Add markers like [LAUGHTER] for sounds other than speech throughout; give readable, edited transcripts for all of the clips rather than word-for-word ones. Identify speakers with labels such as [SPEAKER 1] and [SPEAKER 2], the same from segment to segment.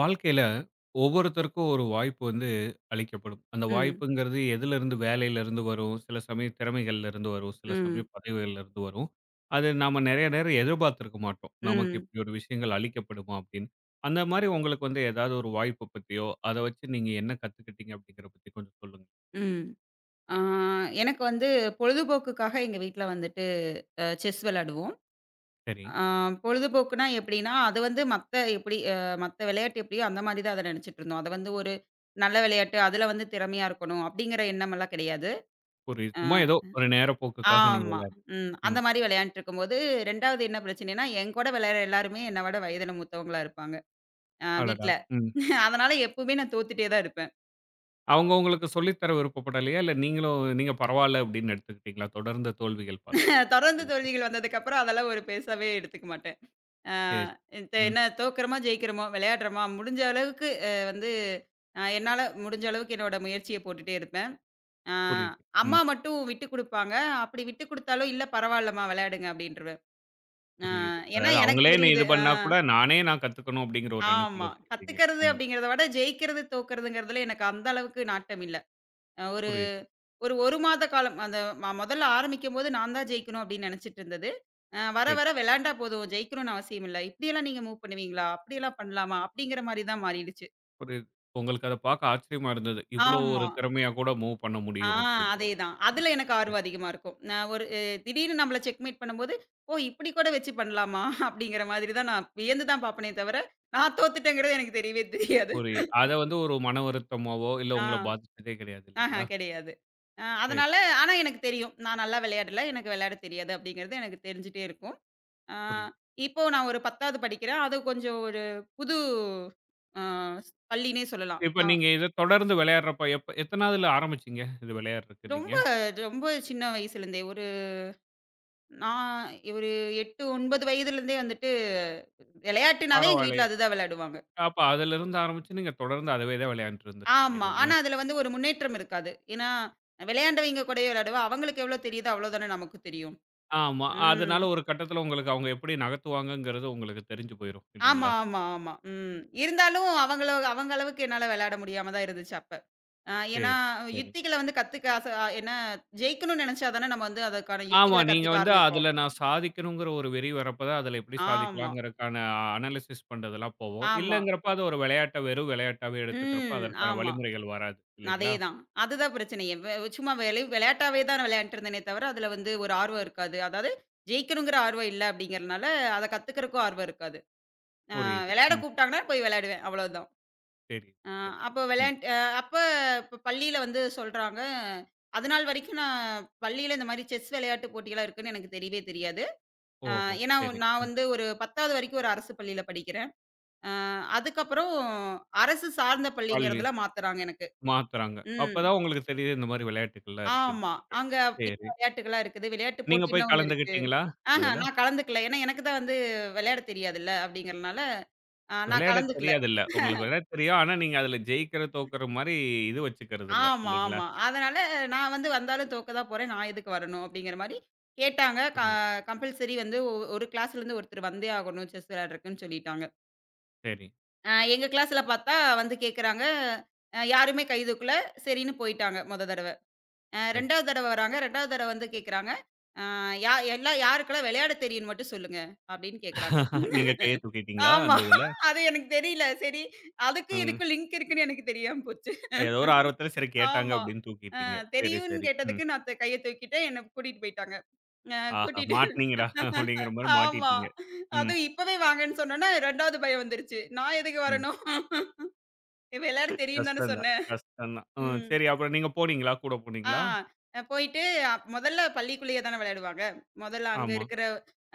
[SPEAKER 1] வாழ்க்கையில ஒவ்வொருத்தருக்கும் ஒரு வாய்ப்பு வந்து அளிக்கப்படும். அந்த
[SPEAKER 2] ம்.
[SPEAKER 1] வாய்ப்புங்கிறது எதிலிருந்து வேலையிலிருந்து வரும், சில சமயம் திறமைகள்ல இருந்து வரும், சில
[SPEAKER 2] ம்.
[SPEAKER 1] சமயம் பதவிகள்ல இருந்து வரும். அது நாம நெறைய நேரம் எதிர்பார்த்திருக்க மாட்டோம். நமக்கு
[SPEAKER 2] ம்.
[SPEAKER 1] இப்படி ஒரு விஷயங்கள் அளிக்கப்படுமா அப்படின்னு. அந்த மாரி உங்களுக்கு வந்து ஏதாவது ஒரு வாய்ப்பு பத்தியோ, அத வச்சு நீங்க என்ன கத்துக்கிட்டீங்க அப்படிங்கிறத பத்தி கொஞ்சம் சொல்லுங்க.
[SPEAKER 2] ம். ஆ எனக்கு வந்து பொழுதுபோக்குக்காக எங்க வீட்ல வந்துட்டு செஸ் விளையாடுவோம்.
[SPEAKER 1] சரி.
[SPEAKER 2] ஆ பொழுதுபோக்குன்னா எப்படின்னா, அது வந்து மத்த எப்படி மத்த விளையாட்டு எப்படியோ அந்த மாரி தான் அத நெனைச்சுட்டுருந்தோம். அத வந்து ஒரு நல்ல விளையாட்டு, அதுல வந்து திறமையா இருக்கணும் அப்படிங்கிற எண்ணமெல்லாம் கிடையாது.
[SPEAKER 1] ஒரு
[SPEAKER 2] அ
[SPEAKER 1] சும்மா ஏதோ ஒரு நேரப்போக்குக்காக நீங்க
[SPEAKER 2] ஆமா.
[SPEAKER 1] விளையாடுனீங்க.
[SPEAKER 2] ம். அந்த
[SPEAKER 1] ம்.
[SPEAKER 2] மாரி விளையாண்ட்டுருக்கும்போது 2வது என்ன பிரச்சனைன்னா, என் கூட விளையாடுற எல்லாருமே என்ன விட வயதில மூத்தவங்களா இருப்பாங்க.
[SPEAKER 1] அடடா!
[SPEAKER 2] வீட்ல.
[SPEAKER 1] ம்.
[SPEAKER 2] [LAUGHS] அதனால எப்பவுமே நான் தோத்துட்டே தான் இருப்பேன்.
[SPEAKER 1] அவங்க உங்களுக்கு சொல்லி தர விருப்பப்படலையா? இல்ல நீங்களும் நீங்க பரவால்ல அப்படின்னு எடுத்துக்கிட்டீங்களா? தொடர்ந்த தோல்விகள் பார்த்தப்ப
[SPEAKER 2] [LAUGHS] தொடர்ந்து
[SPEAKER 1] உங்களுக்கு.
[SPEAKER 2] தோல்விகள் வந்ததுக்கப்புறம் அதெல்லாம் ஒரு பெருசாவே எடுத்துக்க மாட்டேன். ஆ
[SPEAKER 1] சரி.
[SPEAKER 2] இப்ப
[SPEAKER 1] ம்.
[SPEAKER 2] என்ன தோக்கிறோமா, ஜெயிக்கிறோமோ, விளையாடுறோமா, முடிஞ்ச அளவுக்கு அ வந்து அ என்னால முடிஞ்ச அளவுக்கு என்னோட முயற்சிய போட்டுட்டே இருப்பேன். ஆ
[SPEAKER 1] புரியுது. ம்.
[SPEAKER 2] அம்மா மட்டும் விட்டு குடுப்பாங்க. அப்படி விட்டு குடுத்தாலும், "இல்ல பரவால்லம்மா விளையாடுங்க" அப்படின்ருவேன். ஆ
[SPEAKER 1] புரியுது.
[SPEAKER 2] ஏன்னா
[SPEAKER 1] அதாவது
[SPEAKER 2] எனக்கு
[SPEAKER 1] அவங்களே நீ
[SPEAKER 2] புரியுது.
[SPEAKER 1] இது பண்ணா கூட நானே நான் கத்துக்கணும் அப்படிங்கிற ஒரு எண்ணத்துல
[SPEAKER 2] ஆமா.
[SPEAKER 1] இருந்திருக்கீங்க.
[SPEAKER 2] கத்துக்கிறது
[SPEAKER 1] ம்.
[SPEAKER 2] அப்படிங்கிறத விட, ஜெயிக்கிறது, தோக்கிறதுங்கிறதுல எனக்கு அந்த அளவுக்கு நாட்டம் இல்ல. அ
[SPEAKER 1] புரியுது.
[SPEAKER 2] ஒரு 1 மாத காலம் அந்த முதல்ல ஆரம்பிக்கும்போது நான் தான் ஜெயிக்கணும் அப்படின்னு நெனைச்சிட்டு இருந்தது. வர
[SPEAKER 1] சரி.
[SPEAKER 2] வர விளையாண்டா போதும் ஜெயிக்கணும்னு அவசியம் இல்ல. இப்படியெல்லாம் நீங்க மூவ் பண்ணுவீங்களா? அப்படியெல்லாம் பண்ணலாமா? அப்படிங்கிற மாரி தான் மாறிடுச்சு.
[SPEAKER 1] புரியுது. உங்களுக்கு அத பார்க்க ஆச்சரியமா இருந்தது. இவ்வளோ ஒரு
[SPEAKER 2] ஆமா.
[SPEAKER 1] திறமையா கூட மூவ் பண்ண
[SPEAKER 2] ஆ
[SPEAKER 1] முடியும் அப்படின்னு சொல்லிட்டு.
[SPEAKER 2] அதேதான். அதுல எனக்கு
[SPEAKER 1] ம்.
[SPEAKER 2] ஆர்வம் அதிகமா இருக்கும். நான் ஒரு திடீர்னு நம்மள செக்மேட் பண்ணும்போது, "ஓ! இப்படி கூட வச்சு பண்ணலாமா?" அப்படிங்கிற மாதிரி தான் நான் வியந்து தான் பார்ப்பனே தவிர, நான் தோத்துட்டேங்கிறது எனக்கு தெரியவே தெரியாது.
[SPEAKER 1] புரியுது. அத வந்து ஒரு மன வருத்தமாவோ, இல்ல
[SPEAKER 2] ஆ.
[SPEAKER 1] உங்கள பாதிச்சதே கிடையாது
[SPEAKER 2] ஆஹா
[SPEAKER 1] இல்லைங்களா?
[SPEAKER 2] கிடையாது. அ
[SPEAKER 1] சரி.
[SPEAKER 2] அதனால ஆனா எனக்கு தெரியும். நான் நல்லா விளையாடல. எனக்கு விளையாட தெரியாது அப்படிங்கிறது எனக்கு தெரிஞ்சுட்டே இருக்கும். ஆ,
[SPEAKER 1] புரியுது.
[SPEAKER 2] இப்போ நான் ஒரு 10வது படிக்கிறேன். அது கொஞ்சம் ஒரு புது அ பள்ளின்னே சொல்லலாம்.
[SPEAKER 1] இப்ப
[SPEAKER 2] நான்
[SPEAKER 1] நீங்க இத தொடர்ந்து விளையாடுறப்ப எப்ப எத்தனாவதுல ஆரம்பிச்சீங்க? இது விளையாடுறதுக்கு நீங்க?
[SPEAKER 2] ரொம்ப ரொம்ப சின்ன வயசுலேருந்தே ஒரு நான் ஒரு 8, 9 வயதுலேருந்தே வந்துட்டு விளையாட்டுனாவே எங்க
[SPEAKER 1] பரவால்ல.
[SPEAKER 2] வீட்ல அதுதான் விளையாடுவாங்க.
[SPEAKER 1] அப்ப அதிலிருந்து ஆரம்பிச்சு நீங்க தொடர்ந்து அதவே தான் விளையாண்டுட்டு இருந்திருக்கீங்க
[SPEAKER 2] ஆமா.
[SPEAKER 1] இல்லைங்களா?
[SPEAKER 2] ஆனா அதுல வந்து ஒரு முன்னேற்றம் இருக்காது. ஏன்னா, விளையாண்டவைங்க கூடயே விளையாடுவேன். அவங்களுக்கு எவ்வளோ தெரியுதோ அவ்வளோ தானே நமக்கும் தெரியும்.
[SPEAKER 1] ஆமா.
[SPEAKER 2] ம்.
[SPEAKER 1] அதனால ஒரு கட்டத்தில உங்களுக்கு அவங்க எப்படி நகர்த்துவாங்கங்கிறது உங்களுக்கு தெரிஞ்சு போயிரும்
[SPEAKER 2] ஆமா,
[SPEAKER 1] இல்லைங்களா?
[SPEAKER 2] ஆமா, ஆமா. ம். இருந்தாலும் அவங்க அளவுக்கு என்னால விளையாட முடியாம தான் இருந்துச்சு அப்ப. ஏன்னா,
[SPEAKER 1] சரி, சரி.
[SPEAKER 2] யுத்திகள வந்து கத்துக்க ஆச ஏன்னா ஜெயிக்கணும்னு நெனச்சா தானே நம்ம வந்து அதற்கான
[SPEAKER 1] ஆமா.
[SPEAKER 2] யுத்திகள
[SPEAKER 1] நீங்க
[SPEAKER 2] கத்துக்க
[SPEAKER 1] வந்து
[SPEAKER 2] ஆரம்பிப்போம்.
[SPEAKER 1] அதில நான் சாதிக்கணுங்கிற ஒரு வெறி வரப்ப தான் அதில எப்படி
[SPEAKER 2] ஆமா,
[SPEAKER 1] சாதிக்கலாங்கிறதுக்கான அனலைசிஸ் பண்றதெல்லாம் போவோம்.
[SPEAKER 2] ஆமா.
[SPEAKER 1] இல்லங்கிறப்ப அது ஒரு விளையாட்ட வெறும் விளையாட்டாவே எடுத்துக்கிறப்ப
[SPEAKER 2] ம்.
[SPEAKER 1] அதற்கான
[SPEAKER 2] ஆமா.
[SPEAKER 1] வழிமுறைகள் வராது இல்லைங்களா?
[SPEAKER 2] அதேதான். அதுதான் பிரச்சனையே. சும்மா வெளை விளையாட்டாவே தான் விளையாண்ட்டு இருந்தேனே தவிர, அதுல வந்து ஒரு ஆர்வம் இருக்காது. அதாவது ஜெயிக்கணுங்கிற ஆர்வம் இல்ல அப்டிங்கிறனால, அத கத்துக்கிறக்கும் ஆர்வம் இருக்காது. அ
[SPEAKER 1] புரியுது.
[SPEAKER 2] விளையாட
[SPEAKER 1] ம்.
[SPEAKER 2] கூப்ட்டாங்கன்னா போய் விளையாடுவேன். அவ்வளவுதான்.
[SPEAKER 1] சரி,
[SPEAKER 2] ஆ
[SPEAKER 1] சரி.
[SPEAKER 2] அப்போ
[SPEAKER 1] ம்.
[SPEAKER 2] விளையாண்ட் அ அப்ப இப்ப பள்ளியில வந்து சொல்றாங்க, அதுநாள் வரைக்கும் நான் பள்ளியில இந்த மாரி செஸ் விளையாட்டு போட்டிலாம் இருக்குன்னு எனக்கு தெரியவே தெரியாது. அ
[SPEAKER 1] ஓஹோ!
[SPEAKER 2] ஏன்னா
[SPEAKER 1] சரி.
[SPEAKER 2] நான்
[SPEAKER 1] ம்.
[SPEAKER 2] வந்து ஒரு 10வது வரைக்கும் ஒரு அரசு பள்ளியில படிக்கிறேன். அ அதுக்கப்புறம் அரசு சார்ந்த
[SPEAKER 1] பள்ளி
[SPEAKER 2] பள்ளிங்கிறதுல மாத்துறாங்க எனக்கு.
[SPEAKER 1] மாத்துறாங்க.
[SPEAKER 2] ம்.
[SPEAKER 1] அப்பதான் உங்களுக்கு தெரியுது இந்த மாரி விளையாட்டுக்கள்லாம் இருக்குன்னு.
[SPEAKER 2] ஆமா. அங்க அப்படி
[SPEAKER 1] சரி.
[SPEAKER 2] விளையாட்டுகள்லாம் இருக்குது. விளையாட்டு
[SPEAKER 1] நீங்க போய்
[SPEAKER 2] போட்டின்லாம் ஒண்ணு இருக்கு.
[SPEAKER 1] கலந்துக்கிட்டீங்களா?
[SPEAKER 2] ஆஹ
[SPEAKER 1] அதுல?
[SPEAKER 2] நான் கலந்துக்கல. ஏன்னா எனக்கு தான் வந்து விளையாட தெரியாதுல்ல அப்படிங்கிறனால, நான்
[SPEAKER 1] விளையாட
[SPEAKER 2] கலந்துக்கல.
[SPEAKER 1] தெரியாதுல்ல. உங்களுக்கு விளையாட தெரியும். ஆனா, நீங்க அதுல ஜெயிக்கிற, தோக்குற மாரி இது வச்சுக்கிறது இல்ல.
[SPEAKER 2] ஆமா,
[SPEAKER 1] இல்லைங்களா?
[SPEAKER 2] ஆமா. அதனால நான் வந்து வந்தாலும் தோக்க தான் போறேன். நான் எதுக்கு வரணும்? அப்படிங்கிற மாரி கேட்டாங்க.
[SPEAKER 1] புரியுது.
[SPEAKER 2] கம்பல்சரி வந்து ஒரு கிளாஸ்லேருந்து ஒருத்தர் வந்தே ஆகணும் செஸ் விளையாடுறதுக்குன்னு சொல்லிட்டாங்க.
[SPEAKER 1] சரி,
[SPEAKER 2] எங்க கிளாஸ்ல பார்த்தா வந்து கேட்குறாங்க. யாருமே கை தூக்கல. சரின்னு போயிட்டாங்க மொத தடவ.
[SPEAKER 1] சரி.
[SPEAKER 2] 2வது தடவ வராங்க. 2வது தடவ வந்து கேட்குறாங்க. அ யா எல்லா யாருக்கெல்லாம் விளையாட தெரியும்ன்னு மட்டும் சொல்லுங்க அப்படின்னு கேட்குறாங்க.
[SPEAKER 1] [LAUGHS] நீங்க கைய
[SPEAKER 2] [LAUGHS]
[SPEAKER 1] தூக்கிட்டீங்களா?
[SPEAKER 2] ஆமா.
[SPEAKER 1] அந்த இதுல?
[SPEAKER 2] அது எனக்கு தெரியல. சரி அதுக்கும்
[SPEAKER 1] ம்.
[SPEAKER 2] இதுக்கும் லிங்க் இருக்குன்னு எனக்கு தெரியாம போச்சு.
[SPEAKER 1] ஏதோ ஒரு ஆர்வத்துல சரி கேட்டாங்க
[SPEAKER 2] ஆமா.
[SPEAKER 1] அப்படின்னு
[SPEAKER 2] அ
[SPEAKER 1] தூக்கிட்டீங்க. சரி,
[SPEAKER 2] தெரியும்ன்னு
[SPEAKER 1] சரி. ம்.
[SPEAKER 2] கேட்டதுக்கு நான் கைய தூக்கிட்டேன். என்ன கூட்டிட்டு போயிட்டாங்க. அ
[SPEAKER 1] ஆஹா!
[SPEAKER 2] கூட்டிட்டு
[SPEAKER 1] மாட்னீங்கடா அப்படிங்கிற மாரி
[SPEAKER 2] ஆமா.
[SPEAKER 1] மாட்டிட்டீங்க. ம்,
[SPEAKER 2] அதுவும் இப்பவே வாங்கன்னு சொன்னோனே 2வது பயம் வந்துருச்சு. நான் எதுக்கு
[SPEAKER 1] ம்.
[SPEAKER 2] வரணும்? விளையாட தெரியும்ன்னு தானே
[SPEAKER 1] கஷ்டம் தான்,
[SPEAKER 2] சொன்னேன்.
[SPEAKER 1] கஷ்டம் தான். ம்.
[SPEAKER 2] ம்.
[SPEAKER 1] சரி அப்புறம் நீங்க போனீங்களா? கூட
[SPEAKER 2] ஆ
[SPEAKER 1] போனீங்களா?
[SPEAKER 2] போயிட்டு முதல்ல பள்ளிக்குள்ளேயே தானே விளையாடுவாங்க. முதல்ல அங்க
[SPEAKER 1] ஆமா.
[SPEAKER 2] இருக்கிற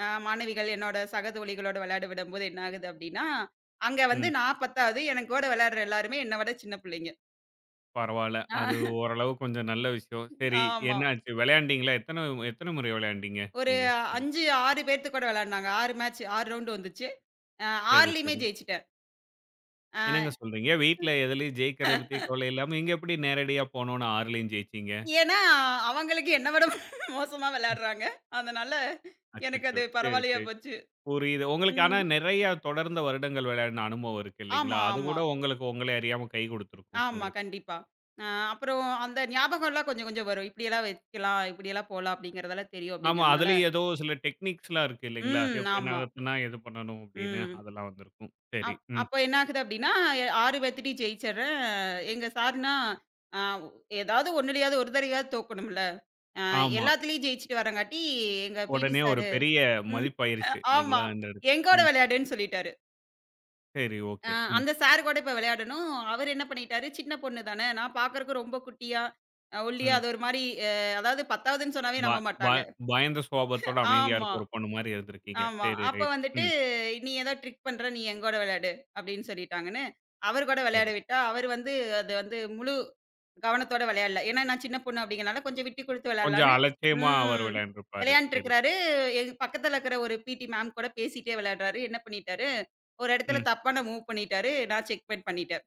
[SPEAKER 2] மாணவிகள் என்னோட சக தோழிகளோட விளையாட விடும்போது என்ன ஆகுது அப்டின்னா, அங்க வந்து
[SPEAKER 1] ம்.
[SPEAKER 2] நான் 10வது எனக்கு கூட விளையாடுற எல்லாருமே என்ன விட சின்ன பிள்ளைங்க.
[SPEAKER 1] பரவால்ல.
[SPEAKER 2] ஆ
[SPEAKER 1] அது ஓரளவு கொஞ்சம் நல்ல விஷயம். சரி
[SPEAKER 2] ஆமா.
[SPEAKER 1] என்ன ஆச்சு? விளையாண்டீங்களா? எத்தன எத்தன முறை விளையாண்டீங்க
[SPEAKER 2] ஒரு
[SPEAKER 1] நீங்க?
[SPEAKER 2] 5, 6 பேத்து கூட விளையாடுனாங்க. 6 மேட்ச் 6 ரவுண்டு வந்துச்சு. அ
[SPEAKER 1] சரி,
[SPEAKER 2] 6லயுமே
[SPEAKER 1] சரி.
[SPEAKER 2] ஜெயிச்சுட்டேன்.
[SPEAKER 1] என்னங்க
[SPEAKER 2] அ
[SPEAKER 1] சொல்றீங்க? வீட்ல எதுலயும் ஜெயிக்கிறத பத்தி கவலை இல்லாம, இங்க எப்படி நேரடியா போனோனே 6லயும் ஜெயிச்சீங்க?
[SPEAKER 2] ஏன்னா, அவங்களுக்கு என்ன விட [LAUGHS] மோசமா விளையாடுறாங்க. அதனால எனக்கு
[SPEAKER 1] அச்சச்சோ!
[SPEAKER 2] அது
[SPEAKER 1] சரி,
[SPEAKER 2] பரவாயில்லையா
[SPEAKER 1] சரி.
[SPEAKER 2] போச்சு.
[SPEAKER 1] புரியுது. உங்களுக்கு ஆனா
[SPEAKER 2] ம்.
[SPEAKER 1] நெறைய தொடர்ந்த வருடங்கள் விளையாடின அனுபவம் இருக்கு இல்லைங்களா?
[SPEAKER 2] ஆமா,
[SPEAKER 1] அது
[SPEAKER 2] ஆமா.
[SPEAKER 1] கூட உங்களுக்கு உங்கள அறியாம கை குடுத்துருக்கும்
[SPEAKER 2] ஆமா,
[SPEAKER 1] உங்களுக்கு.
[SPEAKER 2] கண்டிப்பா. அ அப்புறம் அந்த ஞாபகம்லாம் கொஞ்சம் கொஞ்சம் வரும். இப்படியெல்லாம் வைக்கலாம், இப்படியெல்லாம் போலாம் அப்படிங்கிறதெல்லாம் தெரியும்
[SPEAKER 1] ஆமா,
[SPEAKER 2] அப்படிங்கிறதுனால
[SPEAKER 1] அதுலயும் ஏதோ சில டெக்னிக்ஸ்லாம் இருக்கு இல்லைங்களா?
[SPEAKER 2] ம்.
[SPEAKER 1] எப்படி
[SPEAKER 2] ஆமா.
[SPEAKER 1] நகர்த்துனா எது பண்ணணும் அப்படின்னு
[SPEAKER 2] ம்.
[SPEAKER 1] அதெல்லாம் வந்திருக்கும். சரி,
[SPEAKER 2] அப்
[SPEAKER 1] ம்.
[SPEAKER 2] அப்ப என்ன ஆகுது அப்படின்னா, 6 பேத்துட்டயும் ஜெயிச்சர்றேன். எங்க சார்னா, அ ஏதாவது ஒண்ணுலயாவது ஒரு தடவையாவது தோக்கணும்ல. அ
[SPEAKER 1] ஆமா.
[SPEAKER 2] எல்லாத்துலயும் ஜெயிச்சுட்டு வரங்காட்டி, எங்க பிடி
[SPEAKER 1] உடனே ஒரு
[SPEAKER 2] சாரு
[SPEAKER 1] பெரிய
[SPEAKER 2] ம். அ
[SPEAKER 1] மதிப்பாயிருச்சு
[SPEAKER 2] ஆமா.
[SPEAKER 1] இல்லைங்களா? இந்த இடத்து
[SPEAKER 2] எங்கூட
[SPEAKER 1] ம்.
[SPEAKER 2] விளையாடுன்னு சொல்லிட்டாரு.
[SPEAKER 1] சரி,
[SPEAKER 2] அ
[SPEAKER 1] ஓகே. ம்,
[SPEAKER 2] அந்த சார் கூட இப்ப விளையாடணும். அவரு என்ன பண்ணிட்டாரு, சின்ன பொண்ணு தானே, நான் பார்க்கறக்கு ரொம்ப குட்டியா, ஒல்லியா,
[SPEAKER 1] ம்.
[SPEAKER 2] அது ஒரு மாரி அ அதாவது 10வதுன்னு
[SPEAKER 1] ப
[SPEAKER 2] சொன்னாவே நம்ப
[SPEAKER 1] ப
[SPEAKER 2] மாட்டாங்க.
[SPEAKER 1] பயந்த சுபாவத்தோட அமைதியா
[SPEAKER 2] ஆமா.
[SPEAKER 1] இருக்க ஒரு பொண்ணு மாரி இருந்திருக்கீங்க.
[SPEAKER 2] ஆமா.
[SPEAKER 1] சரி
[SPEAKER 2] அப்ப
[SPEAKER 1] ரைட்.
[SPEAKER 2] வந்துட்டு,
[SPEAKER 1] ம்.
[SPEAKER 2] "நீ ஏதோ ட்ரிக் பண்ற, நீ எங்கூட விளையாடு" அப்படின்னு சொல்லிட்டாங்கன்னு, அவர் கூட விளையாட
[SPEAKER 1] சரி.
[SPEAKER 2] விட்டா, அவர் வந்து அது வந்து முழு கவனத்தோட விளையாடல. ஏன்னா, நான் சின்ன பொண்ணு அப்படிங்கிறனால கொஞ்சம் விட்டு குடுத்து
[SPEAKER 1] கொஞ்சம்
[SPEAKER 2] விளையாடலான்னு
[SPEAKER 1] அலட்சியமா அவர்
[SPEAKER 2] ம்.
[SPEAKER 1] விளையாண்டுருப்பாரு. சரி.
[SPEAKER 2] விளையாண்ட்டுருக்கிறாரு. எங்க பக்கத்துல இருக்கிற ஒரு பிடி மேம் கூட பேசிட்டே விளையாடுறாரு. என்ன பண்ணிட்டாரு, ஒரு இடத்துல
[SPEAKER 1] ம்.
[SPEAKER 2] தப்பான மூவ் பண்ணிட்டாரு. நான் செக்மெண்ட் பண்ணிட்டேன்.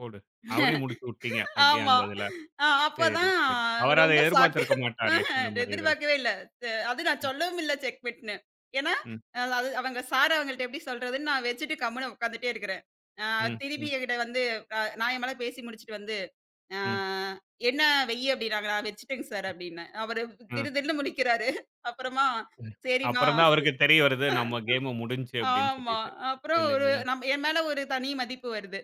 [SPEAKER 1] போடு. அவரையும் முடிச்சு விட்டீங்க. அப்படியே
[SPEAKER 2] ஆமா.
[SPEAKER 1] அந்த இதுல. சரி,
[SPEAKER 2] அப்பதான்
[SPEAKER 1] சரி. அவரு அத
[SPEAKER 2] ரொம்ப ஷாக்கு.
[SPEAKER 1] எதிர்பார்த்திருக்க மாட்டாரே!
[SPEAKER 2] ஆஹ
[SPEAKER 1] இந்த மாரி இதுல.
[SPEAKER 2] எதிர்பார்க்கவே இல்ல. அது நான் சொல்லவும் இல்ல செக்மெட்ன்னு. ஏன்னா,
[SPEAKER 1] ம்,
[SPEAKER 2] அது அவங்க சார் அவங்கள்ட்ட எப்படி சொல்றதுன்னு நான் வச்சுட்டு கம்முனு உட்காந்துட்டே இருக்கிறேன். அ
[SPEAKER 1] ம்,
[SPEAKER 2] திருப்பி
[SPEAKER 1] ம்,
[SPEAKER 2] என்கிட்ட வந்து நான் என் மேல பேசி முடிச்சுட்டு வந்து, "அ
[SPEAKER 1] ம்,
[SPEAKER 2] என்ன வெய்யி" அப்படின்னாங்க. "நான் வச்சுட்டேங்க சார்" அப்படின்னேன். அவரு
[SPEAKER 1] ம்.
[SPEAKER 2] திடுதிடுன்னு முழிக்கிறாரு. அப்புறமா, "சரிம்மா"
[SPEAKER 1] அப்புறம் தான் அவருக்கு தெரிய வருது. நம்ம கேமு முடிஞ்சுச்சு அப்படின்னு
[SPEAKER 2] ஆமா.
[SPEAKER 1] சொல்லிட்டு.
[SPEAKER 2] அப்புறம் ஒரு
[SPEAKER 1] இல்லைங்களா?
[SPEAKER 2] என் மேல ஒரு தனி மதிப்பு வருது.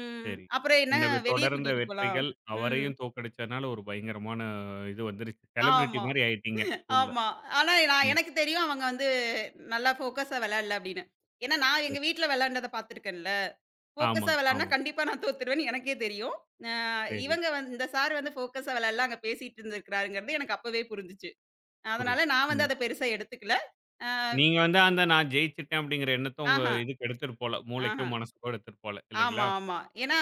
[SPEAKER 2] ம்.
[SPEAKER 1] சரி.
[SPEAKER 2] அப்புறம் என்ன
[SPEAKER 1] இந்த
[SPEAKER 2] வெளிய
[SPEAKER 1] தொடர்ந்த
[SPEAKER 2] கூட்டிட்டு போலாம்.
[SPEAKER 1] வெற்றிகள்
[SPEAKER 2] ம்.
[SPEAKER 1] அவரையும் தோற்கடிச்சதுனால ஒரு பயங்கரமான இது வந்துருச்சு. செலிபிரிட்டி
[SPEAKER 2] ஆமா.
[SPEAKER 1] மாரி ஆயிட்டீங்க ஸ்கூல்ல.
[SPEAKER 2] ஆமா. ஆனா நான்
[SPEAKER 1] ம்.
[SPEAKER 2] எனக்கு தெரியும் அவங்க வந்து நல்லா ஃபோக்கஸா விளையாடல அப்படின்னு. ஏன்னா நான்
[SPEAKER 1] சரி.
[SPEAKER 2] எங்க வீட்ல விளையாண்டத பார்த்துருக்கேன்ல. ஃபோக்கஸா
[SPEAKER 1] ஆமாங்க,
[SPEAKER 2] விளையாடுனா
[SPEAKER 1] ஆமா.
[SPEAKER 2] கண்டிப்பா நான் தோத்துருவேன்னு எனக்கே தெரியும். அ
[SPEAKER 1] சரி.
[SPEAKER 2] இவங்க வந்து இந்த சார் வந்து ஃபோக்கஸா விளையாடல அங்க பேசிட்டு இருந்திருக்கிறாருங்கிறது எனக்கு அப்பவே புரிஞ்சுச்சு.
[SPEAKER 1] புரியுது.
[SPEAKER 2] அதனால நான் வந்து
[SPEAKER 1] ம்.
[SPEAKER 2] அத பெருசா எடுத்துக்கல. அ
[SPEAKER 1] நீங்க வந்து அந்த நான் ஜெயிச்சுட்டேன் அப்படிங்கிற எண்ணத்த உங்க
[SPEAKER 2] ஆஹா,
[SPEAKER 1] இதுக்கு எடுத்துட்டு போல. மூளைக்கோ,
[SPEAKER 2] ஆஹா.
[SPEAKER 1] மனசுக்கோ எடுத்துட்டு போல
[SPEAKER 2] ஆமா,
[SPEAKER 1] இல்லைங்களா?
[SPEAKER 2] ஆமா. ஏன்னா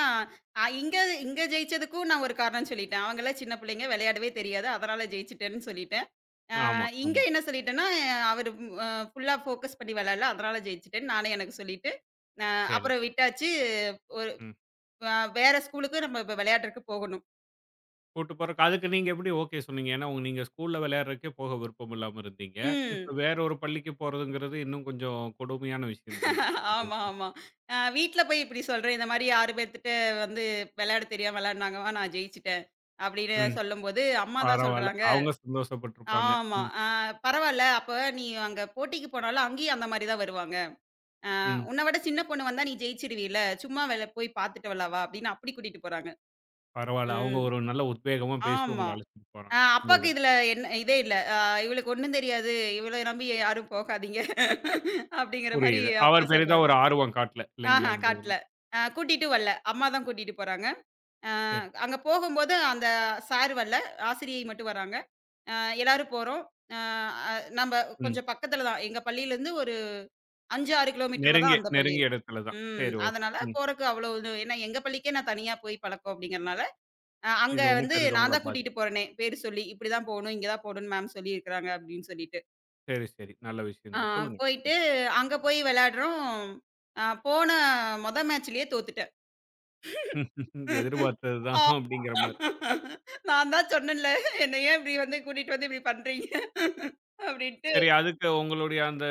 [SPEAKER 2] அ இங்க இங்க ஜெயிச்சதுக்கும் நான் ஒரு காரணம் சொல்லிட்டேன். அவங்கலாம் சின்ன பிள்ளைங்க விளையாடவே தெரியாது. அதனால ஜெயிச்சுட்டேன்னு சொல்லிட்டேன். ஆ
[SPEAKER 1] ஆமா,
[SPEAKER 2] இங்க
[SPEAKER 1] ஆமா.
[SPEAKER 2] என்ன சொல்லிட்டேன்னா, அவரு ஃபுல்லா ஃபோக்கஸ் பண்ணி விளையாடல. அதனால ஜெயிச்சுட்டேன்னு நானே எனக்கு சொல்லிட்டு, அ
[SPEAKER 1] சரி.
[SPEAKER 2] அப்புறம் விட்டாச்சு. ஒரு
[SPEAKER 1] ம்.
[SPEAKER 2] அ வேற ஸ்கூலுக்கு நம்ம இப்ப விளையாடுறதுக்கு போகணும்.
[SPEAKER 1] கூட்டு போறக்கு அதுக்கு நீங்க எப்படி ஓகே சொன்னீங்க? ஏன்னா உங்க- நீங்க ஸ்கூல்ல விளையாடுறதுக்கே போக விருப்பம் இல்லாம இருந்தீங்க. இப்ப
[SPEAKER 2] ம்.
[SPEAKER 1] வேற ஒரு பள்ளிக்கு போறதுங்கிறது இன்னும் கொஞ்சம் கொடுமையான விஷயம் தானே? அந்த
[SPEAKER 2] ஆமா,
[SPEAKER 1] இது.
[SPEAKER 2] ஆமா. வீட்ல போய் இப்படி சொல்றேன். இந்த மாரி 6 பேர்த்துட்ட வந்து விளையாட தெரியாம விளையாடுனாங்கம்மா, நான் ஜெயிச்சுட்டேன். அப்படின்னு
[SPEAKER 1] ம்.
[SPEAKER 2] சொல்லும்போது, அம்மா தான்
[SPEAKER 1] பரவால்ல.
[SPEAKER 2] சொல்றாங்க.
[SPEAKER 1] அவங்க சந்தோஷப்பட்டுருப்பாங்க.
[SPEAKER 2] ஆமா.
[SPEAKER 1] ம்,
[SPEAKER 2] பரவால்ல. அப்ப நீ அங்க போட்டிக்கு போனாலும் அங்கேயும் அந்த மாரி தான் வருவாங்க. அ
[SPEAKER 1] ம்.
[SPEAKER 2] உன்ன விட சின்ன பொண்ணு வந்தா நீ ஜெயிச்சுருவீல்ல. சும்மா வெள போய் பார்த்துட்டு வரலாவா? அப்படின்னு அப்படி கூட்டிட்டு போறாங்க.
[SPEAKER 1] பரவால்ல. அவங்க
[SPEAKER 2] ம்.
[SPEAKER 1] ஒரு நல்ல உத்வேகமா பேசி
[SPEAKER 2] ஆமா.
[SPEAKER 1] உங்கள அழைச்சிட்டு போறாங்க. இந்த
[SPEAKER 2] அப்பாக்கு
[SPEAKER 1] இதுல.
[SPEAKER 2] இதுல என்ன இதே இல்ல. "இவளுக்கு ஒண்ணும் தெரியாது. இவள நம்பி யாரும் போகாதீங்க." [LAUGHS] அப்படிங்கிற மாரி
[SPEAKER 1] புரியுது.
[SPEAKER 2] அப்பா
[SPEAKER 1] அவர் பெரிதா
[SPEAKER 2] சொல்றாரு.
[SPEAKER 1] ஒரு ஆர்வம் காட்டல
[SPEAKER 2] ஆஹா
[SPEAKER 1] இல்லைங்களா? இந்த இதுல.
[SPEAKER 2] காட்டல. கூட்டிட்டு வரல. அம்மா தான் கூட்டிட்டு போறாங்க. அ
[SPEAKER 1] சரி.
[SPEAKER 2] அங்க போகும்போது அந்த சார் வரல. ஆசிரியை மட்டும் வராங்க. அ எல்லாரும் போறோம். அ அ நம்ப
[SPEAKER 1] ம்.
[SPEAKER 2] கொஞ்சம் பக்கத்துல தான். எங்க பள்ளியிலருந்து ஒரு 5, 6 கிலோமீட்டர்ல தான்
[SPEAKER 1] நெருங்கிய
[SPEAKER 2] அந்த பள்ளி
[SPEAKER 1] நெருங்கிய
[SPEAKER 2] இருக்கும்.
[SPEAKER 1] இடத்துல தான்.
[SPEAKER 2] ம்.
[SPEAKER 1] சரி, ஓகே.
[SPEAKER 2] அதனால
[SPEAKER 1] ம்.
[SPEAKER 2] போறக்கு அவ்வளோ இது ஏன்னா எங்க பள்ளிக்கே நான் தனியா போய் பழக்கம் அப்படிங்கிறனால அங்க
[SPEAKER 1] இது ஒண்ணும்
[SPEAKER 2] வந்து
[SPEAKER 1] பெரிதா
[SPEAKER 2] நான்
[SPEAKER 1] உங்கள
[SPEAKER 2] தான்
[SPEAKER 1] பாதிக்
[SPEAKER 2] கூட்டிட்டு போறேனே, பேரு சொல்லி. "இப்படிதான் போணும், இங்க தான் போணும்னு மேம் சொல்லியிருக்கிறாங்க." அப்படின்னு சொல்லிட்டு.
[SPEAKER 1] சரி, சரி. நல்ல விஷயம்
[SPEAKER 2] ஆ
[SPEAKER 1] தான். சொல்லுங்க.
[SPEAKER 2] போயிட்டு
[SPEAKER 1] ம்.
[SPEAKER 2] அங்க போய் விளையாடுறோம். போன மொத மேட்ச்லயே தோத்துட்டேன்.
[SPEAKER 1] [LAUGHS] எதிர்பார்த்தது
[SPEAKER 2] ஆ
[SPEAKER 1] தான் அப்படிங்கிற மாரி.
[SPEAKER 2] நான் தான் சொன்னேன்ல, "என்ன ஏன் இப்படி வந்து கூட்டிட்டு வந்து இப்படி பண்றீங்க?" அப்படின்ட்டு.
[SPEAKER 1] சரி, அதுக்கு உங்களுடைய அந்த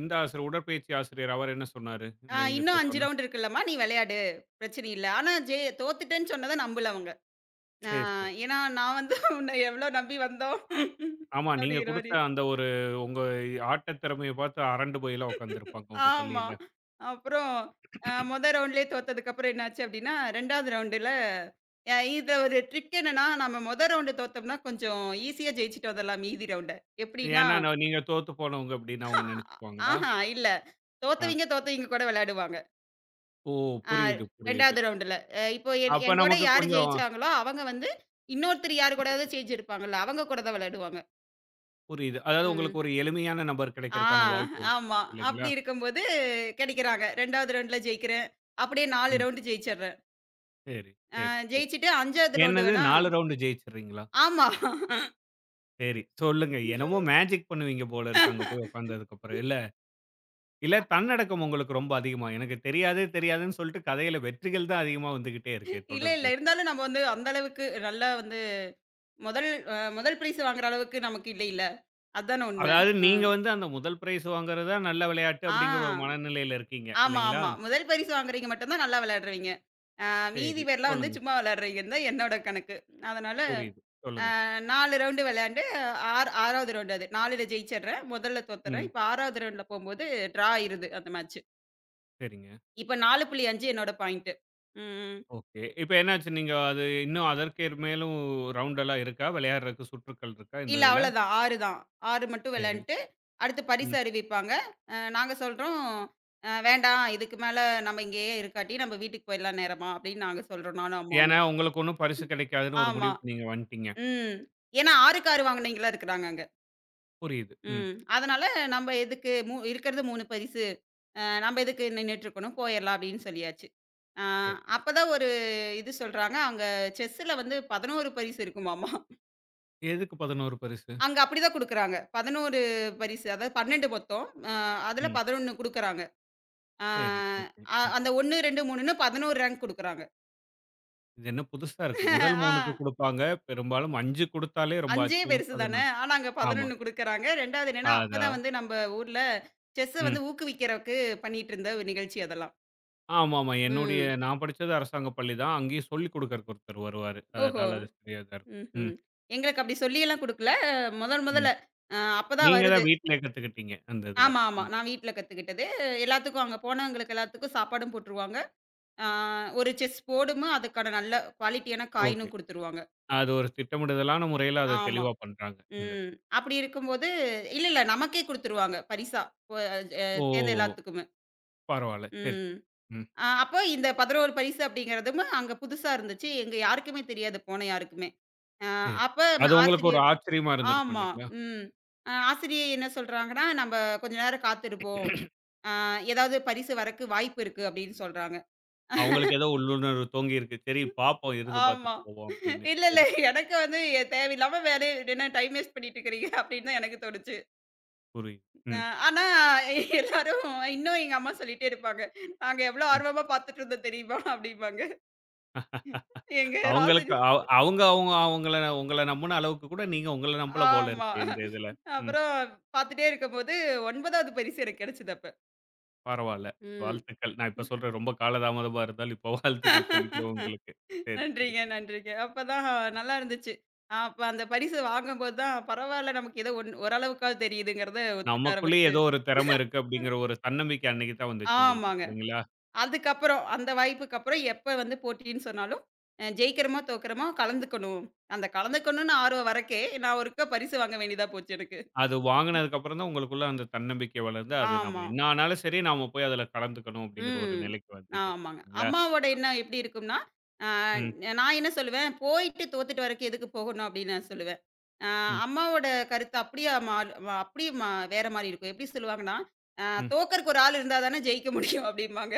[SPEAKER 1] இந்த ஆசிரியர் உடற்பயிற்சி ஆசிரியர் அவர் என்ன சொன்னாரு? இந்த நீங்க
[SPEAKER 2] இன்னும் 5
[SPEAKER 1] தோட்டோம்னு.
[SPEAKER 2] ரவுண்ட் இருக்குல்லம்மா, நீ விளையாடு. பிரச்சனை இல்ல." ஆனா தோத்துட்டேன்னு சொன்னத நம்பல அவங்க. ஆ
[SPEAKER 1] சரி, சரி.
[SPEAKER 2] ஏன்னா, நான் வந்து உன்ன எவ்வளோ நம்பி வந்தோம்
[SPEAKER 1] ஆமா, நீங்க
[SPEAKER 2] அப்படிங்கிற
[SPEAKER 1] குடுத்த
[SPEAKER 2] மாரி.
[SPEAKER 1] அந்த ஒரு உங்க ஆட்டத் திறமைய பார்த்து அரண்டு போய்லாம் உட்கார்ந்திருப்பாங்க உங்க
[SPEAKER 2] ஆமா.
[SPEAKER 1] பள்ளியில.
[SPEAKER 2] அப்புறம் மொத ரவுண்ட்லயே தோத்ததுக்கப்புறம் என்னாச்சு அப்டின்னா, 2வது ரவுண்டுல இதுல ஒரு ட்ரிக் என்னன்னா, நம்ம மொத ரவுண்டு தோத்தோம்னா கொஞ்சம் ஈஸியா ஜெயிச்சுட்டு வந்துரலாம் மீதி ரவுண்ட. எப்டின்னா
[SPEAKER 1] ஏன்னா, நான் நீங்க தோத்து போனவங்க அப்படின்னு
[SPEAKER 2] அ
[SPEAKER 1] அவங்க நெனைச்சுக்குவாங்களா?
[SPEAKER 2] ஆஹா இல்ல.
[SPEAKER 1] அ.
[SPEAKER 2] தோத்தவிங்க தோத்தவிங்க கூட விளையாடுவாங்க.
[SPEAKER 1] ஓ!
[SPEAKER 2] அ
[SPEAKER 1] புரியுது, புரியுது.
[SPEAKER 2] 2வது ரவுண்டுல. இப்போ
[SPEAKER 1] அப்ப
[SPEAKER 2] எங்கூட
[SPEAKER 1] நமக்கு
[SPEAKER 2] யாரு
[SPEAKER 1] கொஞ்சம்
[SPEAKER 2] ஜெயிச்சாங்களோ, அவங்க வந்து இன்னொருத்தர் யாரு கூடயாவது சேந்திருப்பாங்கல்ல, அவங்க கூட தான் விளையாடுவாங்க.
[SPEAKER 1] புரியுது. அதாவது உங்களுக்கு
[SPEAKER 2] ம்.
[SPEAKER 1] ஒரு எளிமையான நபர்
[SPEAKER 2] ஆ
[SPEAKER 1] கிடைக்கிறக்கான வாய்ப்பு இருக்கு.
[SPEAKER 2] ஆமா.
[SPEAKER 1] இல்லைங்களா?
[SPEAKER 2] அப்டி இருக்கும்போது, கிடைக்கிறாங்க. 2வது ரவுண்டுல ஜெயிக்கிறேன். அப்டியே 4
[SPEAKER 1] ம்.
[SPEAKER 2] ரவுண்டு ஜெயிச்சர்றேன்.
[SPEAKER 1] சரி, சரி, சரி.
[SPEAKER 2] ஜெயிச்சுட்டு 5வது ரவுண்டு
[SPEAKER 1] என்னது
[SPEAKER 2] வேணா
[SPEAKER 1] 4 ரவுண்டு ஜெயிச்சுர்றீங்களா?
[SPEAKER 2] ஆமா.
[SPEAKER 1] சரி. சொல்லுங்க. என்னமோ மேஜிக் பண்ணுவீங்க போல இருக்கு அங்க போய் உட்காந்ததுக்கப்புறம். இல்ல, இல்ல தன்னடக்கம் உங்களுக்கு ரொம்ப அதிகமா? எனக்கு தெரியாது, தெரியாதுன்னு சொல்லிட்டு கதையில வெற்றிகள் தான் அதிகமா வந்துகிட்டே இருக்கே
[SPEAKER 2] இல்ல, இல்ல.
[SPEAKER 1] தொடர்ந்து.
[SPEAKER 2] இருந்தாலும் நம்ம வந்து அந்த அளவுக்கு நல்லா வந்து முதல் முதல் பிரைஸ் வாங்குற அளவுக்கு நமக்கு இல்லைல்ல. அதான உண்ம.
[SPEAKER 1] அதாவது நீங்க
[SPEAKER 2] ம்.
[SPEAKER 1] வந்து அந்த முதல் பிரைஸ் வாங்குறது தான் நல்ல விளையாட்டு
[SPEAKER 2] ஆ.
[SPEAKER 1] அப்படிங்கிற ஒரு மனநிலையில இருக்கீங்க.
[SPEAKER 2] ஆமா,
[SPEAKER 1] இல்லைங்களா?
[SPEAKER 2] ஆமா. முதல் பரிசு வாங்குறவீங்க மட்டும் தான் நல்லா விளையாடுறவீங்க. மீதி
[SPEAKER 1] சரி.
[SPEAKER 2] பேர்லாம் வந்து
[SPEAKER 1] சொல்லுங்க.
[SPEAKER 2] சும்மா விளையாடுறவீங்கன்னு தான் என்னோட கணக்கு. அதனால
[SPEAKER 1] புரியுது. சொல்லுங்க.
[SPEAKER 2] 4 ரவுண்டு விளையாண்டு, 6வது ரவுண்டு அது. 4ல ஜெயிச்சர்றேன். முதல்ல தோத்துர்றேன்.
[SPEAKER 1] ம்.
[SPEAKER 2] இப்ப 6வது ரவுண்டுல போம்போது ட்ரா ஆயிருது அந்த மேட்ச்சு.
[SPEAKER 1] சரிங்க.
[SPEAKER 2] இப்ப 4.5 என்னோட பாயிண்ட்டு. ம்.
[SPEAKER 1] ஓகே. இப்ப என்னாச்சு? நீங்க அது இன்னும் அதற்கு மேலும் ரவுண்ட் எல்லாம் இருக்கா? விளையாடுறதுக்கு சுற்றுக்கள் இருக்கா இந்த
[SPEAKER 2] இல்ல
[SPEAKER 1] இதுல?
[SPEAKER 2] அவ்வளதான். 6 தான். 6 மட்டும்
[SPEAKER 1] சரி.
[SPEAKER 2] விளையாண்ட்டு, அடுத்து பரிசு
[SPEAKER 1] ம்.
[SPEAKER 2] அறிவிப்பாங்க. நாங்க சொல்றோம், வேண்டாம் இதுக்கு மேல நம்ம இங்கேயே இருக்காட்டி, நம்ம வீட்டுக்கு போயிடலாம் நேரமா" அப்படின்னு நாங்க சொல்றோம், நானும்
[SPEAKER 1] ஏன்னா
[SPEAKER 2] அம்மாவும்.
[SPEAKER 1] உங்களுக்கு ஒண்ணும் பரிசு கிடைக்காதுன்னு ஒரு
[SPEAKER 2] ஆமா.
[SPEAKER 1] முடிவுக்கு நீங்க வந்துட்டீங்க.
[SPEAKER 2] ம். ஏன்னா 6க்கு 6 வாங்குனவைங்களா இருக்கிறாங்க அங்க.
[SPEAKER 1] புரியுது. ம்.
[SPEAKER 2] ம். அதனால நம்ம எதுக்கு இருக்கிறது 3 பரிசு. நம்ம எதுக்கு நின்னுட்டுருக்கணும், போயிரலாம் அப்படின்னு சொல்லியாச்சு. அ
[SPEAKER 1] சரி.
[SPEAKER 2] அப்பதான் ஒரு இது சொல்றாங்க, அங்க செஸ்ஸுல வந்து 11 பரிசு இருக்குமாமா.
[SPEAKER 1] எதுக்கு 11 பரிசு?
[SPEAKER 2] அங்க அப்படிதான் குடுக்குறாங்க. 11 பரிசு. அதாவது 12 மொத்தம். அதுல
[SPEAKER 1] ம்.
[SPEAKER 2] 11 குடுக்குறாங்க. அ
[SPEAKER 1] சரி. ஓகே.
[SPEAKER 2] அ
[SPEAKER 1] ம்.
[SPEAKER 2] அந்த 1, 2, 3ன்னு 11 ரேங்க் குடுக்குறாங்க.
[SPEAKER 1] இது என்ன புதுசா இருக்கு. முதல்
[SPEAKER 2] [LAUGHS] ஆ
[SPEAKER 1] 3க்கு குடுப்பாங்க. பெரும்பாலும் 5 குடுத்தாலே ரொம்ப
[SPEAKER 2] 5
[SPEAKER 1] ஆச்சரியம்.
[SPEAKER 2] பெருசு தானே!
[SPEAKER 1] 11.
[SPEAKER 2] ஆனா அங்க
[SPEAKER 1] ஆமா.
[SPEAKER 2] 11 குடுக்குறாங்க. 2வது என்னன்னா, அப்பதான்
[SPEAKER 1] அதான்.
[SPEAKER 2] வந்து நம்ம ஊர்ல செஸ்ஸ
[SPEAKER 1] ம்.
[SPEAKER 2] வந்து ஊக்குவிக்கிறக்கு பண்ணிட்டுருந்த ஒரு நிகழ்ச்சி அதெல்லாம்.
[SPEAKER 1] ஆமாமா. என்னுடைய
[SPEAKER 2] ம்.
[SPEAKER 1] நான் படிச்சது அரசாங்க பள்ளி தான். அங்கேயும் சொல்லிக் குடுக்கறக்கு ஒருத்தர் வருவாரு.
[SPEAKER 2] ஓஹோ!
[SPEAKER 1] அதனால அது சரியா தான் இருக்கும். ம்.
[SPEAKER 2] ம்ஹ்ம். எங்களுக்கு அப்படி சொல்லியெல்லாம் குடுக்கல. முதல்ல
[SPEAKER 1] ம்.
[SPEAKER 2] அப்பதான்
[SPEAKER 1] நீங்க
[SPEAKER 2] வருது.
[SPEAKER 1] தான் வீட்லயே கத்துக்கிட்டீங்க அந்த இதுல.
[SPEAKER 2] ஆமா, ஆமா.
[SPEAKER 1] ம்.
[SPEAKER 2] நான் வீட்ல கத்துக்கிட்டது. எல்லாத்துக்கும் அங்க போனவங்களுக்கு எல்லாத்துக்கும் சாப்பாடும் போட்டுருவாங்க. ஆ ஒரு செஸ் போர்டும் அதுக்கான நல்ல குவாலிட்டியான
[SPEAKER 1] ஓகே.
[SPEAKER 2] காயினும் குடுத்துருவாங்க.
[SPEAKER 1] அது ஒரு திட்டமிடுதலான முறையில அத
[SPEAKER 2] ஆமா.
[SPEAKER 1] தெளிவா பண்றாங்க. இந்த
[SPEAKER 2] ம். அப்படி இருக்கும்போது இல்ல, இல்ல நமக்கே குடுத்துருவாங்க பரிசா. ப அ சேர்ந்த
[SPEAKER 1] ஓ!
[SPEAKER 2] எல்லாத்துக்குமே.
[SPEAKER 1] பரவால்ல. சரி.
[SPEAKER 2] ம்.
[SPEAKER 1] ம்.
[SPEAKER 2] அப்போ இந்த 11 பரிசு அப்படிங்கிறதும் அங்க புதுசா இருந்துச்சு. எங்க யாருக்குமே தெரியாது போன யாருக்குமே. அ
[SPEAKER 1] சரி.
[SPEAKER 2] அப்ப
[SPEAKER 1] அது உங்களுக்கு ஒரு
[SPEAKER 2] ஆசிரியர்
[SPEAKER 1] ஆச்சரியமா இருந்திருக்கும்
[SPEAKER 2] ஆமா.
[SPEAKER 1] இல்லைங்களா?
[SPEAKER 2] ம். ஆசிரியை என்ன சொல்றாங்கன்னா, "நம்ப கொஞ்ச நேரம் காத்திருப்போம். அ ஏதாவது பரிசு வரக்கு வாய்ப்பு இருக்கு" அப்படின்னு சொல்றாங்க.
[SPEAKER 1] அவங்களுக்கு ஏதோ உள்ளுணர்வு தோங்கியிருக்கு. சரி பார்ப்போம் இருந்து
[SPEAKER 2] ஆமா.
[SPEAKER 1] பார்த்துட்டு போவோம் அப்படின்னு.
[SPEAKER 2] இல்ல, இல்ல.
[SPEAKER 1] சரி, சரி.
[SPEAKER 2] எனக்கு வந்து தேவையில்லாம வேலைய என்ன டைம் வேஸ்ட் பண்ணிட்டு இருக்கிறீங்க அப்படின்னு தான் எனக்கு தோணுச்சு.
[SPEAKER 1] புரியுது.
[SPEAKER 2] அ
[SPEAKER 1] ம்.
[SPEAKER 2] ஆனா எல்லாரும் இன்னும் எங்க அம்மா சொல்லிட்டே இருப்பாங்க. நாங்க எவ்வளோ
[SPEAKER 1] ம்.
[SPEAKER 2] ஆர்வமா பார்த்துட்டு இருந்தோம் தெரியுமா? அப்படிம்பாங்க. எங்க
[SPEAKER 1] அவங்களுக்கு
[SPEAKER 2] ஆசிரியர்
[SPEAKER 1] அவ அவங்க அவங்க அவங்கள உங்கள நம்புன அளவுக்கு கூட நீங்க உங்கள நம்பல போல
[SPEAKER 2] ஆமா.
[SPEAKER 1] இருக்கு இந்த இதுல. ம்.
[SPEAKER 2] அப்புறம் பார்த்துட்டே இருக்கும்போது 9வது பரிசு எனக்கு கிடைச்சது அப்ப.
[SPEAKER 1] பரவால்ல.
[SPEAKER 2] ம்.
[SPEAKER 1] வாழ்த்துக்கள். நான் இப்ப சொல்றேன் ரொம்ப காலதாமதமா இருந்தாலும், இப்ப வாழ்த்துக்கள் சொல்லிக்கிறேன் உங்களுக்கு.
[SPEAKER 2] [LAUGHS]
[SPEAKER 1] சரி, சரி.
[SPEAKER 2] நன்றிங்க, நன்றிங்க. அப்பதான் நல்லா இருந்துச்சு. அப்ப அந்த பரிசு வாங்கும்போது தான் பரவால்ல நமக்கு ஏதோ ஓரளவுக்காவது தெரியுதுங்கிறத ஒத்துக்க
[SPEAKER 1] நமக்குள்ளயே
[SPEAKER 2] ஆரம்பிச்சு
[SPEAKER 1] ஏதோ ஒரு திறமை இருக்கு அப்படிங்கிற ஒரு தன்னம்பிக்கை அன்னைக்கு தான் வந்துச்சு உங்களுக்கு
[SPEAKER 2] ஆமாங்க.
[SPEAKER 1] இல்லைங்களா?
[SPEAKER 2] அதுக்கப்புறம் அந்த வாய்ப்புக்கு அப்புறம் எப்ப வந்து போட்டின்னு சொன்னாலும், ஜெயிக்கிறோமோ, தோக்கிறோமோ கலந்துக்கணும். அந்த கலந்துக்கணும்னு ஆர்வம் வரக்கே, நான் ஒருக்கா பரிசு வாங்க வேண்டியதா போச்சு எனக்கு.
[SPEAKER 1] அது வாங்குனதுக்கு அப்புறம் தான் உங்களுக்குள்ள அந்த தன்னம்பிக்கை வளர்ந்து, அது நம்ம
[SPEAKER 2] ஆமா.
[SPEAKER 1] என்ன ஆனாலும் சரி நாம போய் அதுல கலந்துக்கணும் அப்படிங்கிற ஒரு
[SPEAKER 2] ம்.
[SPEAKER 1] நிலைக்கு வந்தீங்க.
[SPEAKER 2] ஆமாங்க.
[SPEAKER 1] இல்லைங்களா?
[SPEAKER 2] அம்மாவோட எண்ணம் எப்படி இருக்கும்னா, அ
[SPEAKER 1] ம்,
[SPEAKER 2] நான் என்ன சொல்லுவேன், போயிட்டு தோத்துட்டு வரக்கு எதுக்கு போகணும் அப்படின்னு நான் சொல்லுவேன். அ
[SPEAKER 1] ம்,
[SPEAKER 2] அம்மாவோட கருத்து அப்படியே மாறு அப்படியே மா வேற மாரி இருக்கும். எப்படி சொல்லுவாங்கன்னா, அ
[SPEAKER 1] ம்.
[SPEAKER 2] தோக்கறக்கு ஒரு ஆள் இருந்தா தானே ஜெயிக்க முடியும் அப்படிம்பாங்க.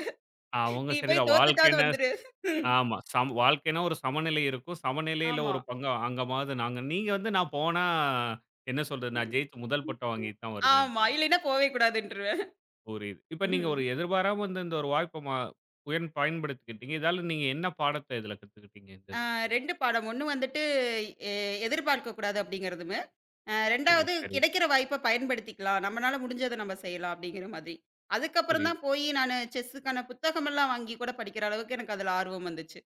[SPEAKER 1] அவங்க
[SPEAKER 2] நீ போய்
[SPEAKER 1] சரிதான்.
[SPEAKER 2] தோத்துட்டாவது
[SPEAKER 1] வாழ்க்கைன்னா
[SPEAKER 2] வந்துரு.
[SPEAKER 1] ஆமா. சம வாழ்க்கைன்னா ஒரு சமநிலை இருக்கும். சமநிலையில
[SPEAKER 2] ஆமா.
[SPEAKER 1] ஒரு பங்கு அங்கமாவது நாங்க நீங்க வந்து நான் போனா என்ன சொல்றது? நான் ஜெயிச்சு முதல் பட்டம் வாங்கிட்டு தான் வருவேன்
[SPEAKER 2] ஆமா.
[SPEAKER 1] அப்படின்னு
[SPEAKER 2] இல்லைன்னா போவே கூடாதுன்றும்.
[SPEAKER 1] ஒரு இது. இப்ப நீங்க
[SPEAKER 2] ம்ஹ்ம்.
[SPEAKER 1] ஒரு எதிர்பாராம வந்து இந்த ஒரு வாய்ப்ப மா உயர்ந்து பயன்படுத்திக்கிட்டீங்க. இதால நீங்க என்ன பாடத்த இதுல கத்துக்கிட்டீங்க இந்த
[SPEAKER 2] ஆ
[SPEAKER 1] இதுல?
[SPEAKER 2] 2 பாடம். 1 வந்துட்டு எ எதிர்பார்க்கக்கூடாது அப்படிங்கிறதுமே,
[SPEAKER 1] புரியுது.
[SPEAKER 2] 2வது
[SPEAKER 1] சரி,
[SPEAKER 2] கிடைக்கிற வாய்ப்ப பயன்படுத்திக்கலாம். நம்மனால முடிஞ்சத நம்ம செய்யலாம் அப்படிங்கிற மாதிரி. அதுக்கப்புறம்
[SPEAKER 1] புரியுது.
[SPEAKER 2] தான் போயி நானு செஸ்ஸுக்கான புத்தகமெல்லாம் வாங்கி கூட படிக்கிற அளவுக்கு எனக்கு அதுல ஆர்வம் வந்துச்சு.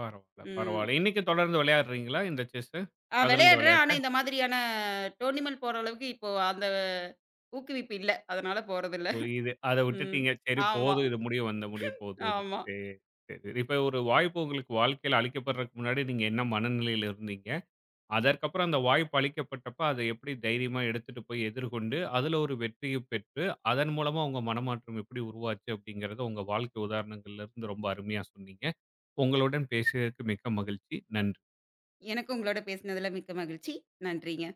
[SPEAKER 1] பரவால்ல,
[SPEAKER 2] ம்.
[SPEAKER 1] பரவால்ல. இன்னைக்கும் தொடர்ந்து விளையாடுறீங்களா? இந்த செஸ்ஸு? சதுரங்க
[SPEAKER 2] விளையாடுறேன்.
[SPEAKER 1] விளையாட்ட?
[SPEAKER 2] ஆனா இந்த மாதிரியான டோர்னிமென்ட் போற அளவுக்கு இப்போ அந்த ஊக்குவிப்பு இல்ல. அதனால போறதில்ல.
[SPEAKER 1] புரியுது. அத
[SPEAKER 2] ம்.
[SPEAKER 1] விட்டுட்டீங்க. சரி
[SPEAKER 2] ஆமா,
[SPEAKER 1] போதும். இது முடிவு வந்த முடிவு போதும்ன்னு.
[SPEAKER 2] ஆமா.
[SPEAKER 1] சரி, சரி. இப்ப ஒரு வாய்ப்பு உங்களுக்கு வாழ்க்கையில அளிக்கப்படுறதுக்கு முன்னாடி நீங்க என்ன மனநிலையில இருந்தீங்க? அதற்கப்புறம் அந்த வாய்ப்பு அளிக்கப்பட்டப்ப அத எப்படி தைரியமா எடுத்துட்டு போய் எதிர்கொண்டு, அதுல ஒரு வெற்றியும் பெற்று, அதன் மூலமா உங்க மனமாற்றம் எப்படி உருவாச்சு அப்படிங்கிறத உங்க வாழ்க்கை உதாரணங்கள்ல இருந்து ரொம்ப அருமையா சொன்னீங்க. உங்களுடன் பேசியதற்கு மிக்க மகிழ்ச்சி. நன்றி.
[SPEAKER 2] எனக்கு உங்களோட பேசினதுல மிக்க மகிழ்ச்சி. நன்றிங்க.